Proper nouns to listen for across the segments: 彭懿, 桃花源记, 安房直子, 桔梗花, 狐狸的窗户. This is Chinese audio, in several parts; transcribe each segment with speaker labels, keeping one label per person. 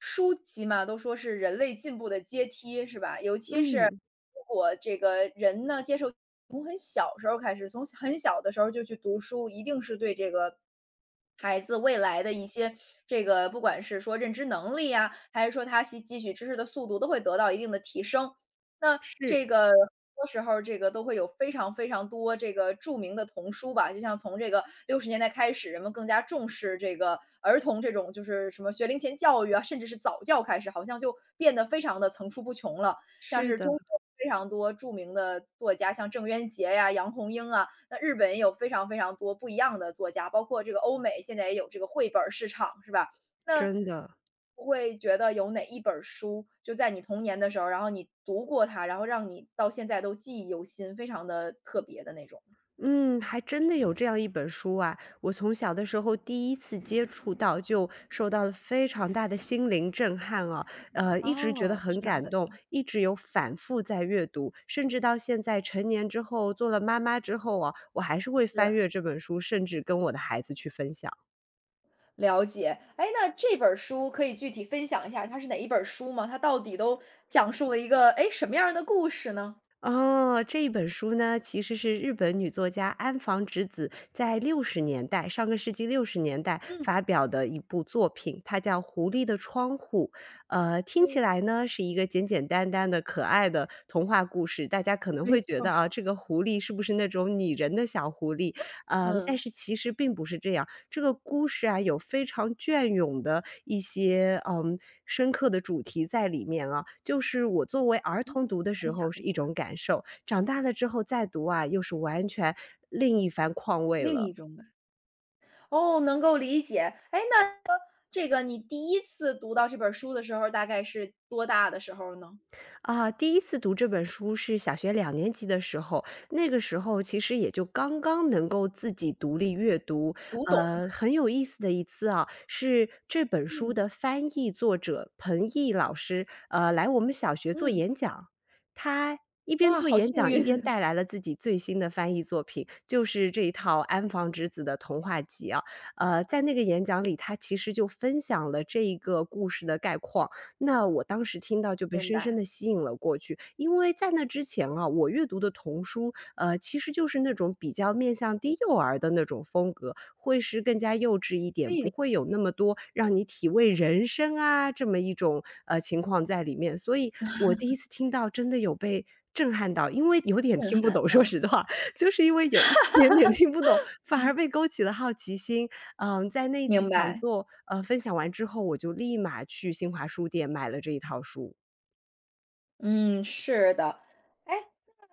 Speaker 1: 书籍嘛，都说是人类进步的阶梯，是吧？尤其是
Speaker 2: 嗯，
Speaker 1: 如果这个人呢，接受从很小时候开始，从很小的时候就去读书，一定是对这个孩子未来的一些这个，不管是说认知能力呀，还是说他吸汲取知识的速度，都会得到一定的提升。那
Speaker 2: 是，
Speaker 1: 这个很多时候这个都会有非常非常多这个著名的童书吧，就像从这个60年代开始，人们更加重视这个儿童这种就是什么学龄前教育啊，甚至是早教开始，好像就变得非常的层出不穷了。像
Speaker 2: 是
Speaker 1: 是
Speaker 2: 的，
Speaker 1: 中国非常多著名的作家，像郑渊洁呀、杨红樱啊，那日本也有非常非常多不一样的作家，包括这个欧美现在也有这个绘本儿市场，是吧？那
Speaker 2: 真的。
Speaker 1: 会觉得有哪一本儿书，就在你童年的时候，然后你读过它，然后让你到现在都记忆犹新，非常的特别的那种？
Speaker 2: 嗯，还真的有这样一本书啊，我从小的时候第一次接触到，就受到了非常大的心灵震撼啊，一直觉得
Speaker 1: 哦，是
Speaker 2: 很
Speaker 1: 哪
Speaker 2: 感动，
Speaker 1: 本？
Speaker 2: 一直有反复在阅读，甚至到现在成年之后，做了妈妈之后啊，我还是会翻
Speaker 1: 是，
Speaker 2: 阅这本书，甚至跟我的孩子去分享。
Speaker 1: 了解。哎，那这本儿书可以具体分享一下它是哪一本儿书吗？它到底都讲述了一个，哎什么样儿的故事呢？
Speaker 2: 哦，这一本书呢，其实是日本女作家安房直子在六十年代，上个世纪六十年代
Speaker 1: 嗯
Speaker 2: 发表的一部作品，它叫《狐狸的窗户》。听
Speaker 1: 嗯，
Speaker 2: 起来呢是一个简简单单的可爱的童话故事，大家可能
Speaker 1: 没
Speaker 2: 会觉
Speaker 1: 错
Speaker 2: 得啊，
Speaker 1: 儿。
Speaker 2: 这个狐狸是不是那种拟人的小狐狸？但
Speaker 1: 嗯，
Speaker 2: 是其实并不是这样。这个故事啊，有非常隽永的一些，深刻的主题在里面啊。就是我作为儿童读的
Speaker 1: 分
Speaker 2: 时
Speaker 1: 享
Speaker 2: 候
Speaker 1: 一
Speaker 2: 是一种
Speaker 1: 下。
Speaker 2: 感受，长大了之后再读啊，又是完全另一番况味
Speaker 1: 另
Speaker 2: 了。
Speaker 1: 一种的。哦，能够理解。哎，那这个你第一次读到这本儿书的时候，大概是多大的时候呢？
Speaker 2: 啊，第一次读这本书是小学2年级的时候，那个时候其实也就刚刚能够自己独立阅读。
Speaker 1: 读懂，
Speaker 2: 很有意思的一次啊，是这本书
Speaker 1: 嗯，
Speaker 2: 的翻译作者彭懿老师，来我们小学做
Speaker 1: 嗯，
Speaker 2: 演讲。他一边
Speaker 1: 哇，
Speaker 2: 做
Speaker 1: 好
Speaker 2: 演
Speaker 1: 幸
Speaker 2: 讲，一边
Speaker 1: 运，
Speaker 2: 带来 了自己最新的翻译作品，就是这一套安房直子的童话集啊。在那个演讲里，他其实就分享了这一个故事的概况。那我当时听到就被
Speaker 1: 明
Speaker 2: 深深
Speaker 1: 白，
Speaker 2: 的吸引了过去。因为在那之前啊，我阅读的童书，其实就是那种比较面向低幼儿的那种风格，会是更加幼稚一点，不会有那么多让你体味人生啊，这么一种，情况在里面。所以我第一次听到真的有被震撼到，因为有点
Speaker 1: 震
Speaker 2: 听不
Speaker 1: 撼，
Speaker 2: 懂，说
Speaker 1: 嗯，
Speaker 2: 实话，就是因为有一点点听不懂，反而被勾起了好奇心。嗯，在那一次
Speaker 1: 明
Speaker 2: 讲
Speaker 1: 白，
Speaker 2: 座，分享完之后，我就立马去新华书店买了这一套书。
Speaker 1: 嗯，是的。哎，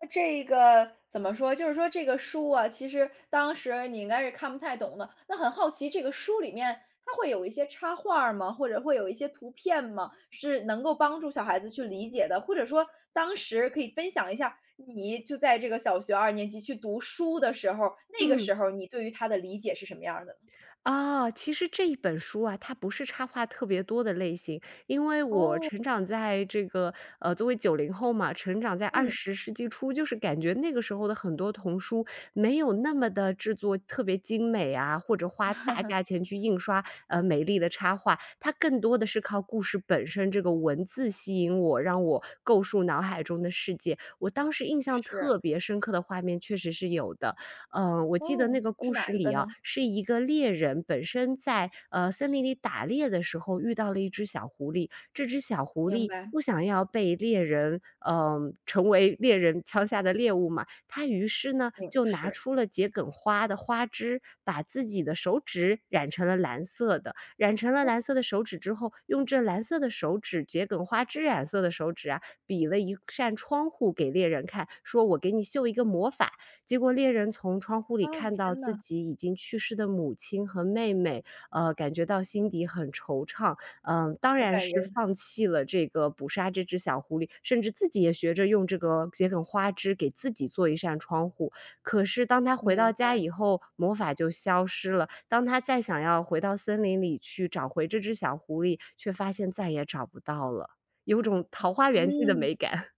Speaker 1: 那这个怎么说，就是说这个书啊，其实当时你应该是看不太懂的，那很好奇这个书里面它会有一些插画儿吗？或者会有一些图片吗？是能够帮助小孩子去理解的？或者说当时可以分享一下，你就在这个小学二年级去读书的时候，那个
Speaker 2: 嗯。
Speaker 1: 时候你对于它的理解是什么样儿的呢？
Speaker 2: 啊，其实这一本书啊，它不是插画特别多的类型，因为我
Speaker 1: 哦，
Speaker 2: 成长在这个作为90后嘛，成长在二
Speaker 1: 嗯。
Speaker 2: 十世纪初，就是感觉那个时候的很多童书没有那么的制作特别精美啊，或者花大价钱去印刷美丽的插画，它更多的是靠故事本身这个文字吸引我，让我构树脑海中的世界。我当时印象
Speaker 1: 是，
Speaker 2: 特别深刻的画面，确实是有的。嗯，我记得
Speaker 1: 哦，
Speaker 2: 那个故
Speaker 1: 是
Speaker 2: 事
Speaker 1: 哪一
Speaker 2: 里
Speaker 1: 个
Speaker 2: 啊，
Speaker 1: 呢？
Speaker 2: 是一个猎人本身在森林里打猎的时候遇到了一只小狐狸，这只小狐
Speaker 1: 明
Speaker 2: 狸
Speaker 1: 白，
Speaker 2: 不想要被猎人，成为猎人枪下的猎物嘛，它于是呢
Speaker 1: 明
Speaker 2: 就拿
Speaker 1: 是。
Speaker 2: 出了桔梗花的花枝，把自己的手指染成了蓝色的，染成了蓝色的手指之后，用这蓝色的手指，桔梗花枝染色的手指啊，比了一扇窗户给猎人看，说我给你秀一个魔法，结果猎人从窗户里
Speaker 1: 啊，
Speaker 2: 看到
Speaker 1: 天
Speaker 2: 自
Speaker 1: 呐，
Speaker 2: 己已经去世的母亲和妹妹，感觉到心底很惆怅，当
Speaker 1: 好
Speaker 2: 然
Speaker 1: 感
Speaker 2: 是
Speaker 1: 人，
Speaker 2: 放弃了这个捕杀这只小狐狸，甚至自己也学着用这个桔梗花枝给自己做一扇窗户。可是当他回
Speaker 1: 明
Speaker 2: 到家
Speaker 1: 白。
Speaker 2: 以后，魔法就消失了。当他再想要回到森林里去找回这只小狐狸，却发现再也找不到了，有种《桃花源记》的
Speaker 1: 嗯，
Speaker 2: 美感。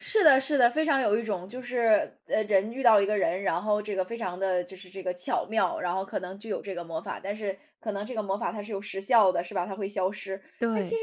Speaker 1: 是的是的，非常有一种就是，人遇到一个人，然后这个非常的就是这个巧妙，然后可能就有这个魔法，但是可能这个魔法它是有时效的，是吧？它会消失。
Speaker 2: 对，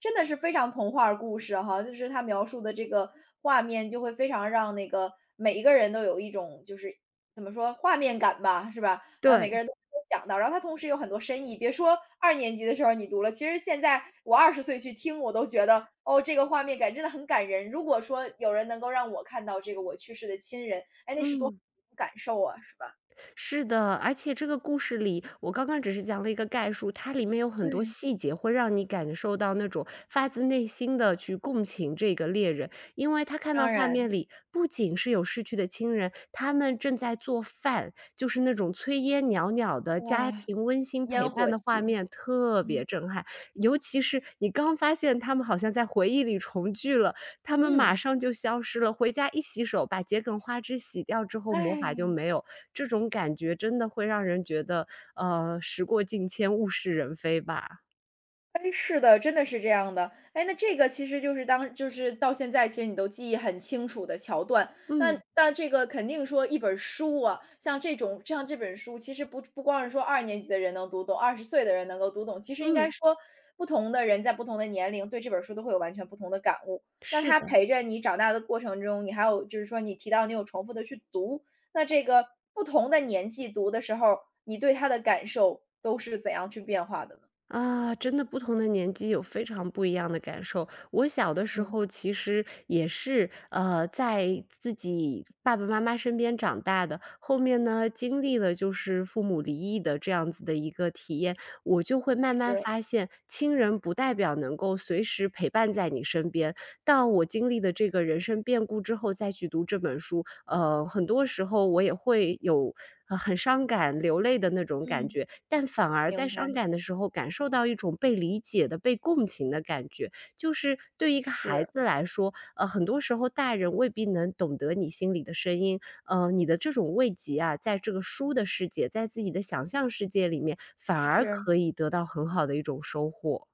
Speaker 1: 真的是非常童话儿故事哈，就是他描述的这个画面就会非常让那个每一个人都有一种就是怎么说，画面感吧，是吧？每个
Speaker 2: 对，
Speaker 1: 人都能想到，然后它同时有很多深意。别说二年级的时候你读了，其实现在我二十岁去听，我都觉得，哦，这个画面感真的很感人。如果说有人能够让我看到这个我去世的亲人，哎，那是多好
Speaker 2: 嗯。
Speaker 1: 的一种感受啊，是吧？
Speaker 2: 是的，而且这个故事里，我刚刚只是讲了一个概述，它里面有很多
Speaker 1: 对，
Speaker 2: 细节会让你感受到那种发自内心的去共情这个猎人。因为他看到
Speaker 1: 当
Speaker 2: 画面
Speaker 1: 然，
Speaker 2: 里不仅是有逝去的亲人，他们正在做饭，就是那种炊烟袅袅的家
Speaker 1: 哇。
Speaker 2: 庭温馨陪
Speaker 1: 烟
Speaker 2: 伴
Speaker 1: 火
Speaker 2: 的画
Speaker 1: 气，
Speaker 2: 面，特别
Speaker 1: 嗯，
Speaker 2: 震撼。尤其是你刚发现他们好像在回忆里重聚了，他们马
Speaker 1: 嗯，
Speaker 2: 上就消失了，回家一洗手，把桔梗花汁洗掉之后，魔法就
Speaker 1: 哎。
Speaker 2: 没有。这种感觉真的会让人觉得，时过境迁，物是人非吧。
Speaker 1: 哎，是的，真的是这样的。哎，那这个其实就是到现在，其实你都记忆很清楚的桥段。那
Speaker 2: 嗯，
Speaker 1: 那这个肯定说一本书啊，像这种像这本书，其实不光是说二年级的人能读懂，二十岁的人能够读懂，其实应该
Speaker 2: 嗯，
Speaker 1: 说不同的人在不同的年龄对这本书都会有完全不同的感悟。那
Speaker 2: 是
Speaker 1: 他
Speaker 2: 的。
Speaker 1: 陪着你长大的过程中，你还有就是说你提到你有重复的去读，那这个不同的年纪读的时候，你对他的感受都是怎样去变化的呢？
Speaker 2: 啊，真的不同的年纪有非常不一样的感受。我小的时
Speaker 1: 嗯，
Speaker 2: 候其实也是，在自己爸爸妈妈身边长大的，后面呢，经历了就是父母离异的这样子的一个体验，我就会慢慢
Speaker 1: 是。
Speaker 2: 发现，亲人不代表能够随时陪伴在你身边。到我经历的这个人生变故之后再去读这本书，很多时候我也会有，很伤感流泪的那种感
Speaker 1: 嗯，
Speaker 2: 觉，但反而在
Speaker 1: 明白，
Speaker 2: 伤感的时候感受到一种被理解的、被共情的感觉。就是对于一个
Speaker 1: 是
Speaker 2: 孩子来说，很多时候大人未必能懂得你心里的声音，你的这种慰藉啊，在这个书的世界，在自己的想象世界里面，反而
Speaker 1: 是，
Speaker 2: 可以得到很好的一种收获。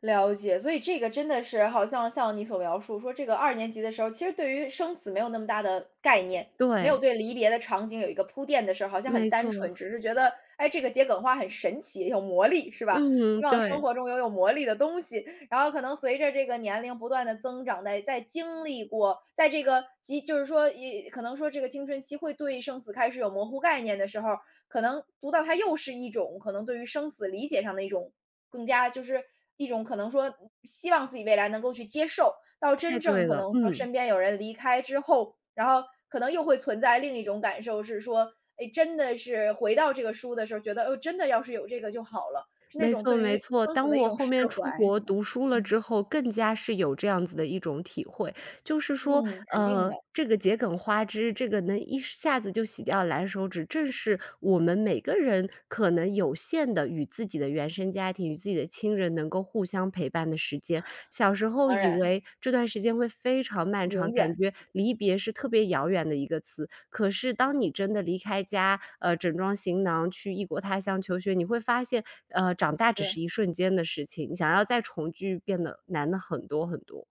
Speaker 1: 了解。所以这个真的是好像像你所描述说这个二年级的时候，其实对于生死没有那么大的概念，没有
Speaker 2: 对，
Speaker 1: 对离别的场景有一个铺垫的时候，好像很
Speaker 2: 没
Speaker 1: 单
Speaker 2: 错，
Speaker 1: 纯，只是觉得，哎，这个桔梗花很神奇，有魔力，是吧？
Speaker 2: 嗯，
Speaker 1: 希望生
Speaker 2: 对。
Speaker 1: 活中有魔力的东西。然后可能随着这个年龄不断的增长，在经历过，在这个就是说，也可能说这个青春期会对生死开始有模糊概念的时候，可能读到它又是一种可能对于生死理解上的一种更加就是一种可能说希望自己未来能够去接受，到
Speaker 2: 太
Speaker 1: 真正
Speaker 2: 对
Speaker 1: 可
Speaker 2: 了，
Speaker 1: 能说
Speaker 2: 嗯，
Speaker 1: 身边有人离开之后，然后可能又会存在另一种感受是说，哎，真的是回到这个书的时候，觉得哦，真的要是有这个就好了，是那
Speaker 2: 没
Speaker 1: 种
Speaker 2: 错
Speaker 1: 对
Speaker 2: 没
Speaker 1: 于
Speaker 2: 错。
Speaker 1: 生死
Speaker 2: 当
Speaker 1: 的一
Speaker 2: 我
Speaker 1: 种
Speaker 2: 后面
Speaker 1: 释怀，
Speaker 2: 出国
Speaker 1: 是吧？
Speaker 2: 读书了
Speaker 1: 嗯
Speaker 2: 之后，更加是有这样子的一种体会，就是说，
Speaker 1: 嗯，肯定的，
Speaker 2: 这个桔梗花枝，这个能一下子就洗掉蓝手指，正是我们每个人可能有限的与自己的原生家庭、与自己的亲人能够互相陪伴的时间。小时候
Speaker 1: 当
Speaker 2: 以
Speaker 1: 然，
Speaker 2: 为这段时间会非常漫长，
Speaker 1: 永远
Speaker 2: 感觉离别是特别遥远的一个词，可是当你真的离开家，整装行囊去异国他乡求学，你会发现，长大只是
Speaker 1: 是。
Speaker 2: 一瞬间的事情，想要再重聚变得难的很多很多。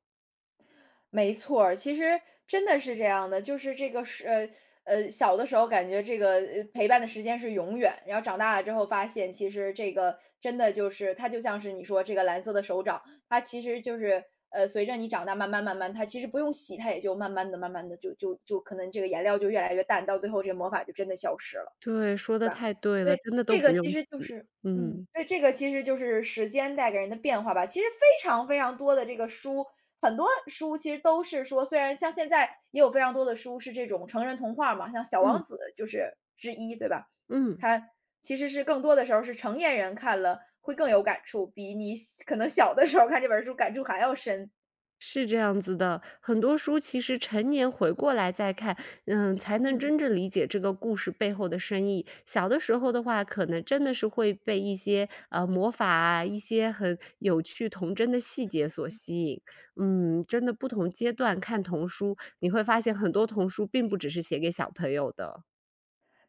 Speaker 1: 没错儿，其实真的是这样的，就是这个是小的时候感觉这个陪伴的时间是永远，然后长大了之后发现，其实这个真的就是它就像是你说这个蓝色的手掌，它其实就是随着你长大，慢慢慢慢，它其实不用洗，它也就慢慢的、慢慢的就可能这个颜料就越来越淡，到最后这个魔法就真的消失了。
Speaker 2: 对，说的
Speaker 1: 对吧？
Speaker 2: 太对
Speaker 1: 所
Speaker 2: 了，
Speaker 1: 以
Speaker 2: 真的都
Speaker 1: 这
Speaker 2: 不
Speaker 1: 个其
Speaker 2: 用洗。
Speaker 1: 实就是
Speaker 2: 嗯，
Speaker 1: 所以这个其实就是时间带给人的变化吧。其实非常非常多的这个书，很多书其实都是说，虽然像现在也有非常多的书是这种成人童话嘛，像《小
Speaker 2: 嗯，
Speaker 1: 王子》就是之一，对吧？
Speaker 2: 嗯。
Speaker 1: 它其实是更多的时候是成年人看了会更有感触，比你可能小的时候看这本书感触还要深。
Speaker 2: 是这样子的，很多书其实成年回过来再看，才能
Speaker 1: 嗯。
Speaker 2: 真正理解这个故事背后的深意。小的时候的话，可能真的是会被一些魔法啊，一些很有趣童真的细节所吸引。嗯，真的不同阶段看童书，你会发现很多童书并不只是写给小朋友的。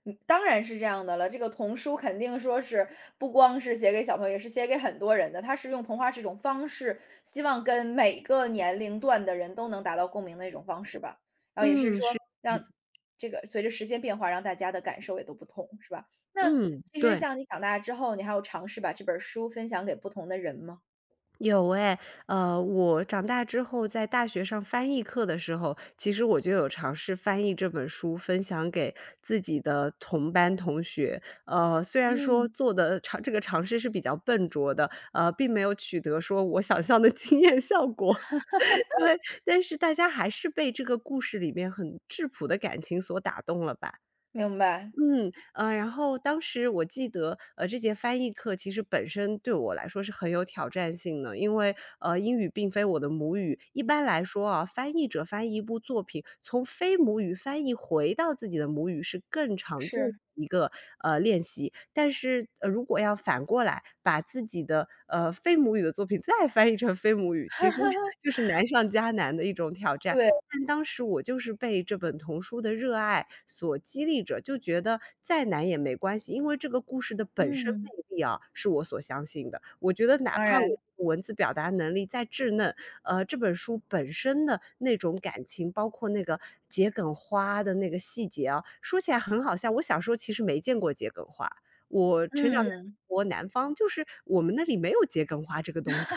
Speaker 1: 嗯，当然是这样的了。这个童书肯定说是不光是写给小朋友，也是写给很多人的。它是用童话这种方式，希望跟每个年龄段的人都能达到共鸣的一种方式吧。然后也是
Speaker 2: 嗯，
Speaker 1: 说
Speaker 2: 是，
Speaker 1: 让这个随着时间变化，让大家的感受也都不同，是吧？那
Speaker 2: 嗯，
Speaker 1: 其实
Speaker 2: 对。
Speaker 1: 像你长大之后，你还有尝试把这本儿书分享给不同的人吗？
Speaker 2: 有诶，我长大之后在大学上翻译课的时候，其实我就有尝试翻译这本书，分享给自己的同班同学。虽然说
Speaker 1: 嗯。
Speaker 2: 做的这个尝试是比较笨拙的，并没有取得说我想象的惊艳效果，对，但是大家还是被这个故事里面很质朴的感情所打动了吧。
Speaker 1: 明白，
Speaker 2: 嗯，然后当时我记得，这节翻译课其实本身对我来说是很有挑战性的，因为，英语并非我的母语。一般来说啊，翻译者翻译一部作品，从非母语翻译回到自己的母语是更常见的
Speaker 1: 是，
Speaker 2: 一个，练习。但是，如果要反过来把自己的，非母语的作品 再翻译成非母语，其实就是难上加难的一种挑战。
Speaker 1: 对，
Speaker 2: 但当时我就是被这本童书的热爱所激励着，就觉得再难也没关系，因为这个故事的本身
Speaker 1: 嗯。
Speaker 2: 魅力啊，是我所相信的。我觉得哪
Speaker 1: 当
Speaker 2: 怕我
Speaker 1: 然，
Speaker 2: 文字表达能力再稚嫩，这本书本身的那种感情，包括那个桔梗花的那个细节啊，说起来很好笑。我小时候其实没见过桔梗花，我成长在中
Speaker 1: 嗯，
Speaker 2: 国南方，就是我们那里没有桔梗花这个东西。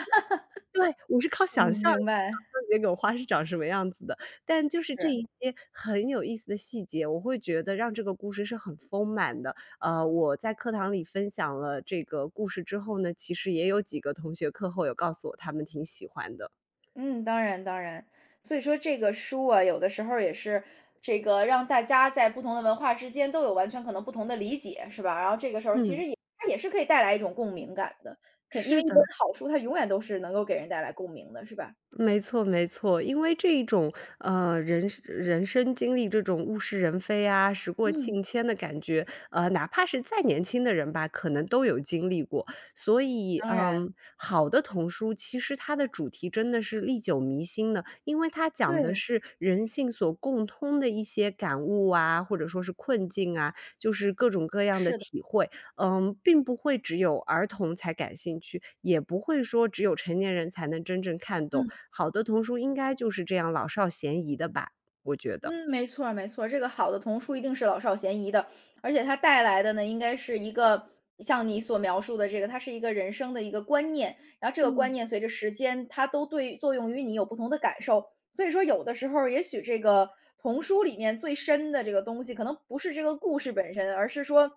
Speaker 2: 对，我是靠想
Speaker 1: 嗯，
Speaker 2: 象想
Speaker 1: 明白，
Speaker 2: 象那朵花是长什么样子的，但就是
Speaker 1: 是。
Speaker 2: 这一些很有意思的细节，我会觉得让这个故事是很丰满的。我在课堂里分享了这个故事之后呢，其实也有几个同学课后有告诉我他们挺喜欢的。
Speaker 1: 嗯，当然当然。所以说这个书啊，有的时候也是这个让大家在不同的文化之间都有完全可能不同的理解，是吧？然后这个时候其
Speaker 2: 嗯，
Speaker 1: 实也它也是可以带来一种共鸣感的，因
Speaker 2: 是
Speaker 1: 为一本
Speaker 2: 的。
Speaker 1: 好书它永远都是能够给人带来共鸣的，是吧？
Speaker 2: 没错没错，因为这一种，人生经历这种物是人非啊，时过
Speaker 1: 嗯，
Speaker 2: 境迁的感觉，哪怕是再年轻的人吧，可能都有经历过。所以，
Speaker 1: 当然，
Speaker 2: 嗯，好的童书其实它的主题真的是历久弥新的，因为它讲的
Speaker 1: 对，
Speaker 2: 是人性所共通的一些感悟啊，或者说是困境啊，就是各种各样的
Speaker 1: 是的，
Speaker 2: 体会。嗯，并不会只有儿童才感兴趣，也不会说只有成年人才能真正看懂。
Speaker 1: 嗯。
Speaker 2: 好的童书应该就是这样老少咸宜的吧，我觉得。
Speaker 1: 嗯，没错儿没错儿，这个好的童书一定是老少咸宜的，而且它带来的呢，应该是一个像你所描述的这个，它是一个人生的一个观念，然后这个观
Speaker 2: 嗯。
Speaker 1: 念随着时间，它都对作用于你有不同的感受。所以说，有的时候也许这个童书里面最深的这个东西，可能不是这个故事本身，而是说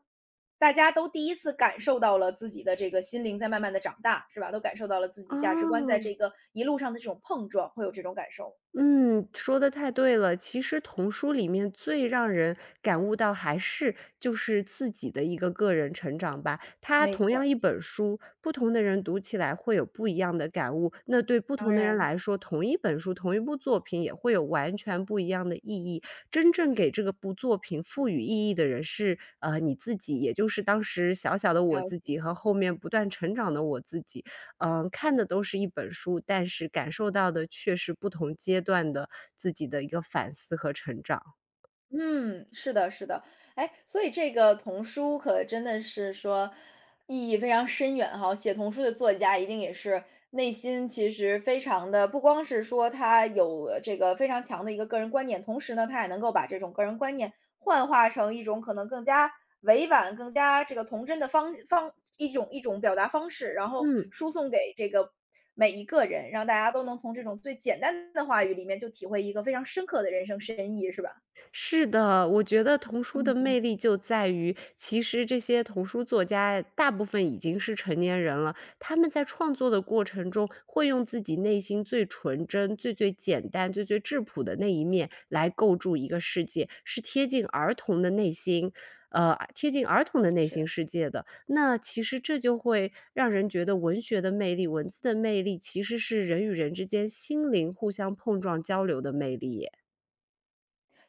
Speaker 1: 大家都第一次感受到了自己的这个心灵在慢慢的长大，是吧？都感受到了自
Speaker 2: 啊。
Speaker 1: 己价值观在
Speaker 2: 哦，
Speaker 1: 这个一路上的这种碰撞，会有这种感受。
Speaker 2: 嗯，说的太对了。其实童书里面最让人感悟到还是就是自己的一个个人成长吧。它
Speaker 1: 没
Speaker 2: 同
Speaker 1: 错
Speaker 2: 样
Speaker 1: 儿，
Speaker 2: 一本书，不同的人读起来会有不一样的感悟。那对不
Speaker 1: 当
Speaker 2: 同的人
Speaker 1: 然
Speaker 2: 来说，同一本书、同一部作品也会有完全不一样的意义。真正给这个部作品赋予意义的人是，你自己，也就是当时小小的我
Speaker 1: 了
Speaker 2: 自
Speaker 1: 解。
Speaker 2: 己和后面不断成长的我自己。嗯，看的都是一本书，但是感受到的却是不同阶段的自己的一个反思和成长。
Speaker 1: 嗯，是的，是的，哎，所以这个童书可真的是说意义非常深远哈。写童书的作家一定也是内心其实非常的，不光是说他有这个非常强的一个个人观念，同时呢，他也能够把这种个人观念幻化成一种可能更加委婉、更加这个童真的一种表达方式，然后
Speaker 2: 嗯。
Speaker 1: 输送给这个每一个人，让大家都能从这种最简单的话语里面就体会一个非常深刻的人生深意，是吧？
Speaker 2: 是的，我觉得童书的魅力就在于，其实这些童书作家大部分已经是成年人了，他们在创作的过程中，会用自己内心最纯真、最最简单、最最质朴的那一面来构筑一个世界，是贴近儿童的内心，贴近儿童的内心
Speaker 1: 是。
Speaker 2: 世界的。那其实这就会让人觉得文学的魅力、文字的魅力，其实是人与人之间心灵互相碰撞、交流的魅力耶。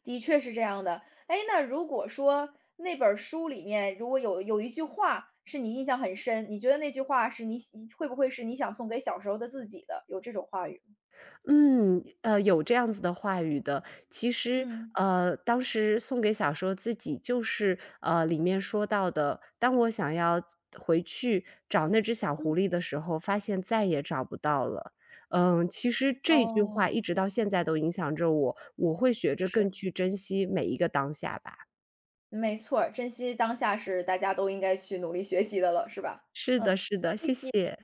Speaker 1: 的确是这样的。哎，那如果说那本儿书里面，如果有一句话是你印象很深，你觉得那句话是你会不会是你想送给小时候的自己的，有这种话语吗？
Speaker 2: 嗯，有这样子的话语的。其实，
Speaker 1: 嗯，
Speaker 2: 当时送给小说自己，就是里面说到的，当我想要回去找那只小狐狸的时候，发现再也找不到了。嗯，其实这句
Speaker 1: 哦，
Speaker 2: 话一直到现在都影响着我，我会学着更
Speaker 1: 是。
Speaker 2: 去珍惜每一个当下吧。
Speaker 1: 没错儿，珍惜当下是大家都应该去努力学习的了，是吧？
Speaker 2: 是的，
Speaker 1: 嗯。
Speaker 2: 是的，谢谢。